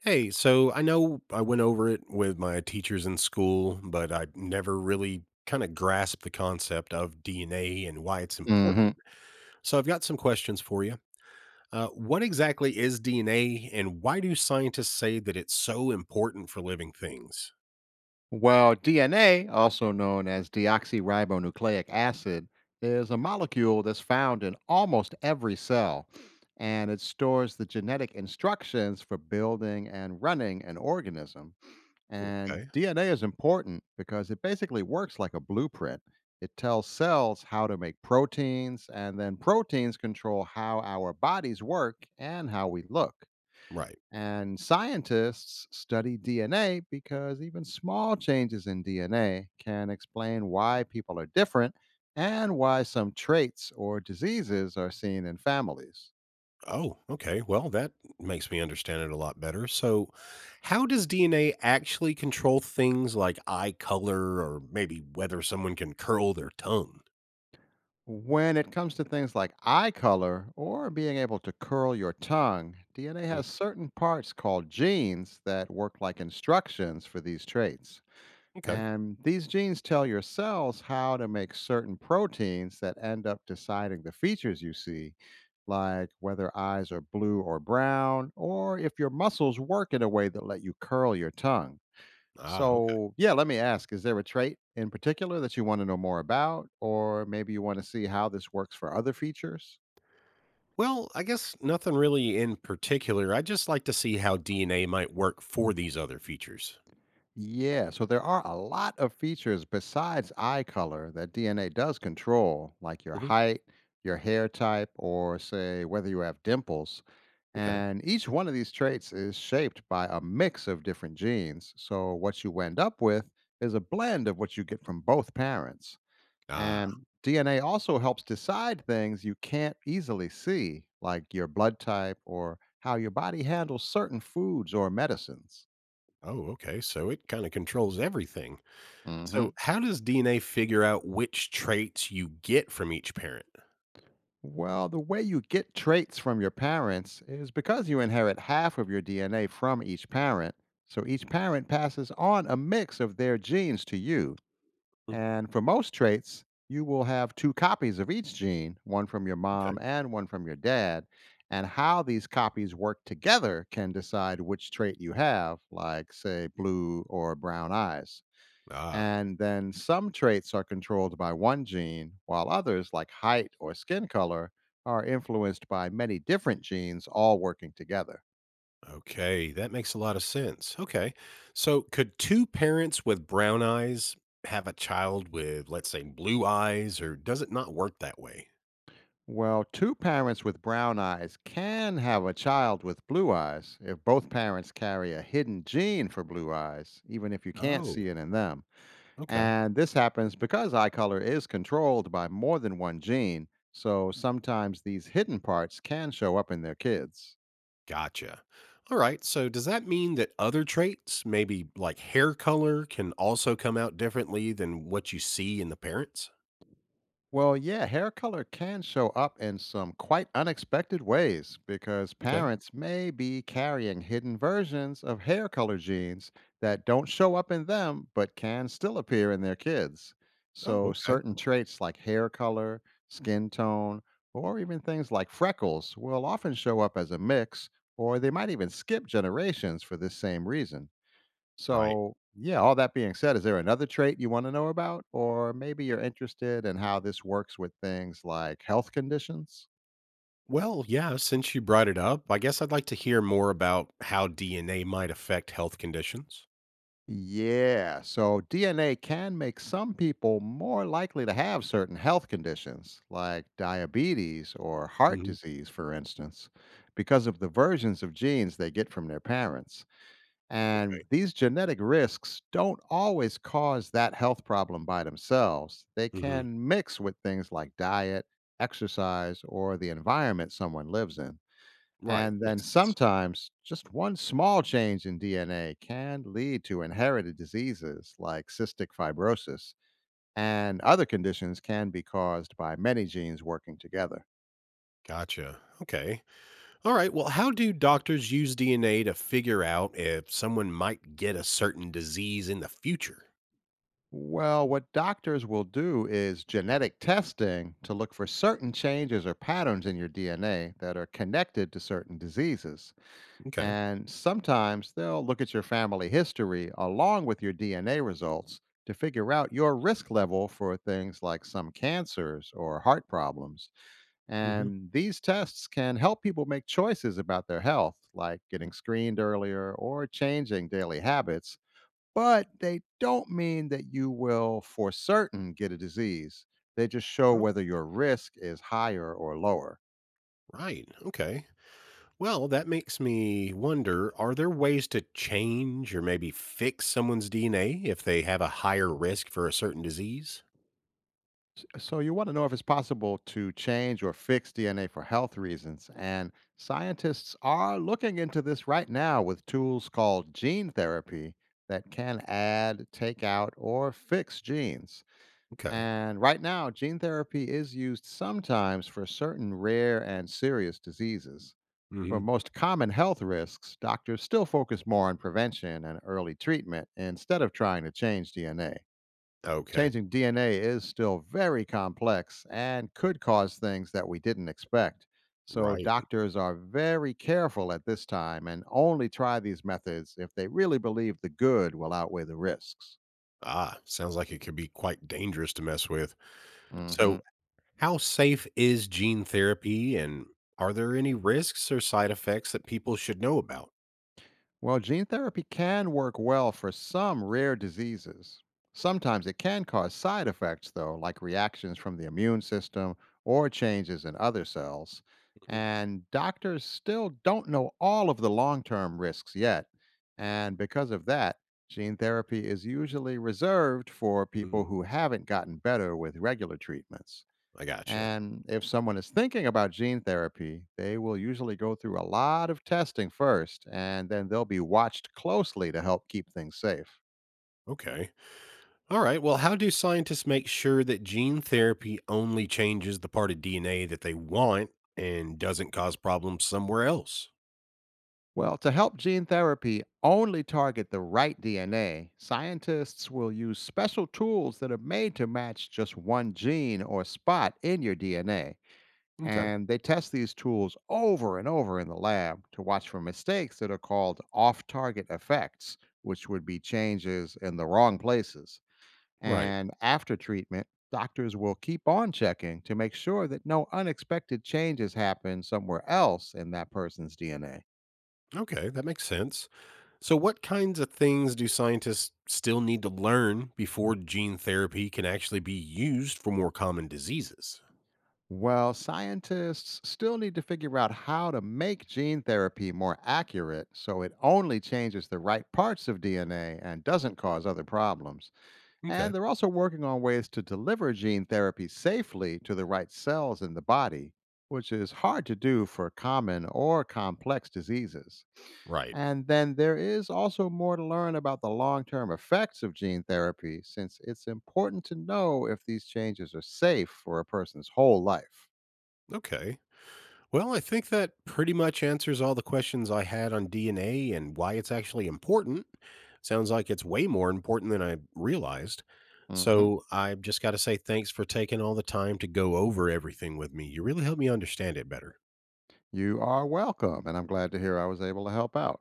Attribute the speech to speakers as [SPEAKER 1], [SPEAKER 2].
[SPEAKER 1] Hey, so I know I went over it with my teachers in school, but I never really grasped the concept of DNA and why it's
[SPEAKER 2] hmm
[SPEAKER 1] important. So I've got some questions for you. What exactly is DNA, and why do scientists say that it's so important for living things?
[SPEAKER 2] Well, DNA, also known as deoxyribonucleic acid, is a molecule that's found in almost every cell, and it stores the genetic instructions for building and running an organism. And
[SPEAKER 1] Okay.
[SPEAKER 2] DNA is important because it basically works like a blueprint. It tells cells how to make proteins, and then proteins control how our bodies work and how we look.
[SPEAKER 1] Right.
[SPEAKER 2] And scientists study DNA because even small changes in DNA can explain why people are different and why some traits or diseases are seen in families.
[SPEAKER 1] Oh, okay. Well, that makes me understand it a lot better. So, how does DNA actually control things like eye color or maybe whether someone can curl their tongue?
[SPEAKER 2] When it comes to things like eye color or being able to curl your tongue, DNA
[SPEAKER 1] Mm,
[SPEAKER 2] has certain parts called genes that work like instructions for these traits.
[SPEAKER 1] okay.
[SPEAKER 2] And these genes tell your cells how to make certain proteins that end up deciding the features you see, like whether eyes are blue or brown, or if your muscles work in a way that let you curl your tongue.
[SPEAKER 1] Ah, okay.
[SPEAKER 2] So, yeah, let me ask, is there a trait in particular that you want to know more about, or maybe you want to see how this works for other features?
[SPEAKER 1] Well, I guess nothing really in particular. I just like to see how DNA might work for these other features.
[SPEAKER 2] Yeah, so there are a lot of features besides eye color that DNA does control, like your
[SPEAKER 1] Hmm.
[SPEAKER 2] height, your hair type, or say whether you have dimples.
[SPEAKER 1] Okay.
[SPEAKER 2] And each one of these traits is shaped by a mix of different genes. So what you end up with is a blend of what you get from both parents.
[SPEAKER 1] Ah,
[SPEAKER 2] And DNA also helps decide things you can't easily see, like your blood type or how your body handles certain foods or medicines.
[SPEAKER 1] oh, okay. So it kind of controls everything.
[SPEAKER 2] hmm
[SPEAKER 1] So, how does DNA figure out which traits you get from each parent?
[SPEAKER 2] Well, the way you get traits from your parents is because you inherit half of your DNA from each parent. So each parent passes on a mix of their genes to you.
[SPEAKER 1] Mm,
[SPEAKER 2] And for most traits, you will have two copies of each gene, one from your mom
[SPEAKER 1] okay.
[SPEAKER 2] and one from your dad. And how these copies work together can decide which trait you have, like, say, blue or brown eyes.
[SPEAKER 1] Ah,
[SPEAKER 2] And then some traits are controlled by one gene, while others, like height or skin color, are influenced by many different genes all working together.
[SPEAKER 1] okay. That makes a lot of sense. Okay. So, could two parents with brown eyes have a child with, let's say, blue eyes, or does it not work that way?
[SPEAKER 2] Well, two parents with brown eyes can have a child with blue eyes if both parents carry a hidden gene for blue eyes, even if you can't
[SPEAKER 1] Oh,
[SPEAKER 2] see it in them.
[SPEAKER 1] okay.
[SPEAKER 2] And this happens because eye color is controlled by more than one gene, so sometimes these hidden parts can show up in their kids.
[SPEAKER 1] Gotcha. All right. So does that mean that other traits, maybe like hair color, can also come out differently than what you see in the parents?
[SPEAKER 2] Well, yeah, hair color can show up in some quite unexpected ways because
[SPEAKER 1] Okay.
[SPEAKER 2] parents may be carrying hidden versions of hair color genes that don't show up in them but can still appear in their kids.
[SPEAKER 1] Oh,
[SPEAKER 2] So,
[SPEAKER 1] okay.
[SPEAKER 2] certain traits like hair color, skin tone, or even things like freckles will often show up as a mix, or they might even skip generations for this same reason.
[SPEAKER 1] Right.
[SPEAKER 2] So, yeah, all that being said, is there another trait you want to know about? Or maybe you're interested in how this works with things like health conditions?
[SPEAKER 1] Well, yeah, since you brought it up, I guess I'd like to hear more about how DNA might affect health conditions.
[SPEAKER 2] Yeah, so DNA can make some people more likely to have certain health conditions, like diabetes or heart
[SPEAKER 1] Hmm.
[SPEAKER 2] disease, for instance, because of the versions of genes they get from their parents. And
[SPEAKER 1] Okay.
[SPEAKER 2] these genetic risks don't always cause that health problem by themselves. They
[SPEAKER 1] Hmm.
[SPEAKER 2] can mix with things like diet, exercise, or the environment someone lives in.
[SPEAKER 1] Right.
[SPEAKER 2] And
[SPEAKER 1] That
[SPEAKER 2] then
[SPEAKER 1] makes sense.
[SPEAKER 2] sometimes just one small change in DNA can lead to inherited diseases like cystic fibrosis, and other conditions can be caused by many genes working together.
[SPEAKER 1] Gotcha. Okay. All right. Well, how do doctors use DNA to figure out if someone might get a certain disease in the future?
[SPEAKER 2] Well, what doctors will do is genetic testing to look for certain changes or patterns in your DNA that are connected to certain diseases.
[SPEAKER 1] Okay.
[SPEAKER 2] And sometimes they'll look at your family history along with your DNA results to figure out your risk level for things like some cancers or heart problems.
[SPEAKER 1] Hmm.
[SPEAKER 2] And these tests can help people make choices about their health, like getting screened earlier or changing daily habits, but they don't mean that you will for certain get a disease. They just show whether your risk is higher or lower.
[SPEAKER 1] Right. Okay. Well, that makes me wonder, are there ways to change or maybe fix someone's DNA if they have a higher risk for a certain disease?
[SPEAKER 2] So you want to know if it's possible to change or fix DNA for health reasons. And scientists are looking into this right now with tools called gene therapy that can add, take out, or fix genes.
[SPEAKER 1] Okay.
[SPEAKER 2] And right now, gene therapy is used sometimes for certain rare and serious diseases. For
[SPEAKER 1] Hmm.
[SPEAKER 2] most common health risks, doctors still focus more on prevention and early treatment instead of trying to change DNA.
[SPEAKER 1] Okay.
[SPEAKER 2] Changing DNA is still very complex and could cause things that we didn't expect. So,
[SPEAKER 1] Right.
[SPEAKER 2] doctors are very careful at this time and only try these methods if they really believe the good will outweigh the risks.
[SPEAKER 1] Ah, sounds like it could be quite dangerous to mess with. So,
[SPEAKER 2] Hmm.
[SPEAKER 1] how safe is gene therapy, and are there any risks or side effects that people should know about?
[SPEAKER 2] Well, gene therapy can work well for some rare diseases. Sometimes it can cause side effects, though, like reactions from the immune system or changes in other cells.
[SPEAKER 1] Mhm.
[SPEAKER 2] And doctors still don't know all of the long term risks yet. And because of that, gene therapy is usually reserved for people
[SPEAKER 1] Mm,
[SPEAKER 2] who haven't gotten better with regular treatments.
[SPEAKER 1] I gotcha.
[SPEAKER 2] And if someone is thinking about gene therapy, they will usually go through a lot of testing first, and then they'll be watched closely to help keep things safe.
[SPEAKER 1] Okay. All right. Well, how do scientists make sure that gene therapy only changes the part of DNA that they want and doesn't cause problems somewhere else?
[SPEAKER 2] Well, to help gene therapy only target the right DNA, scientists will use special tools that are made to match just one gene or spot in your DNA.
[SPEAKER 1] Okay.
[SPEAKER 2] And they test these tools over and over in the lab to watch for mistakes that are called off target effects, which would be changes in the wrong places.
[SPEAKER 1] Right.
[SPEAKER 2] And after treatment, doctors will keep on checking to make sure that no unexpected changes happen somewhere else in that person's DNA.
[SPEAKER 1] Okay. That makes sense. So, what kinds of things do scientists still need to learn before gene therapy can actually be used for more common diseases?
[SPEAKER 2] Well, scientists still need to figure out how to make gene therapy more accurate so it only changes the right parts of DNA and doesn't cause other problems.
[SPEAKER 1] Okay.
[SPEAKER 2] And they're also working on ways to deliver gene therapy safely to the right cells in the body, which is hard to do for common or complex diseases.
[SPEAKER 1] Right.
[SPEAKER 2] And then there is also more to learn about the long term effects of gene therapy, since it's important to know if these changes are safe for a person's whole life.
[SPEAKER 1] Okay. Well, I think that pretty much answers all the questions I had on DNA and why it's actually important. Sounds like it's way more important than I realized.
[SPEAKER 2] Mhm.
[SPEAKER 1] So I've just got to say thanks for taking all the time to go over everything with me. You really helped me understand it better.
[SPEAKER 2] You are welcome, and I'm glad to hear I was able to help out.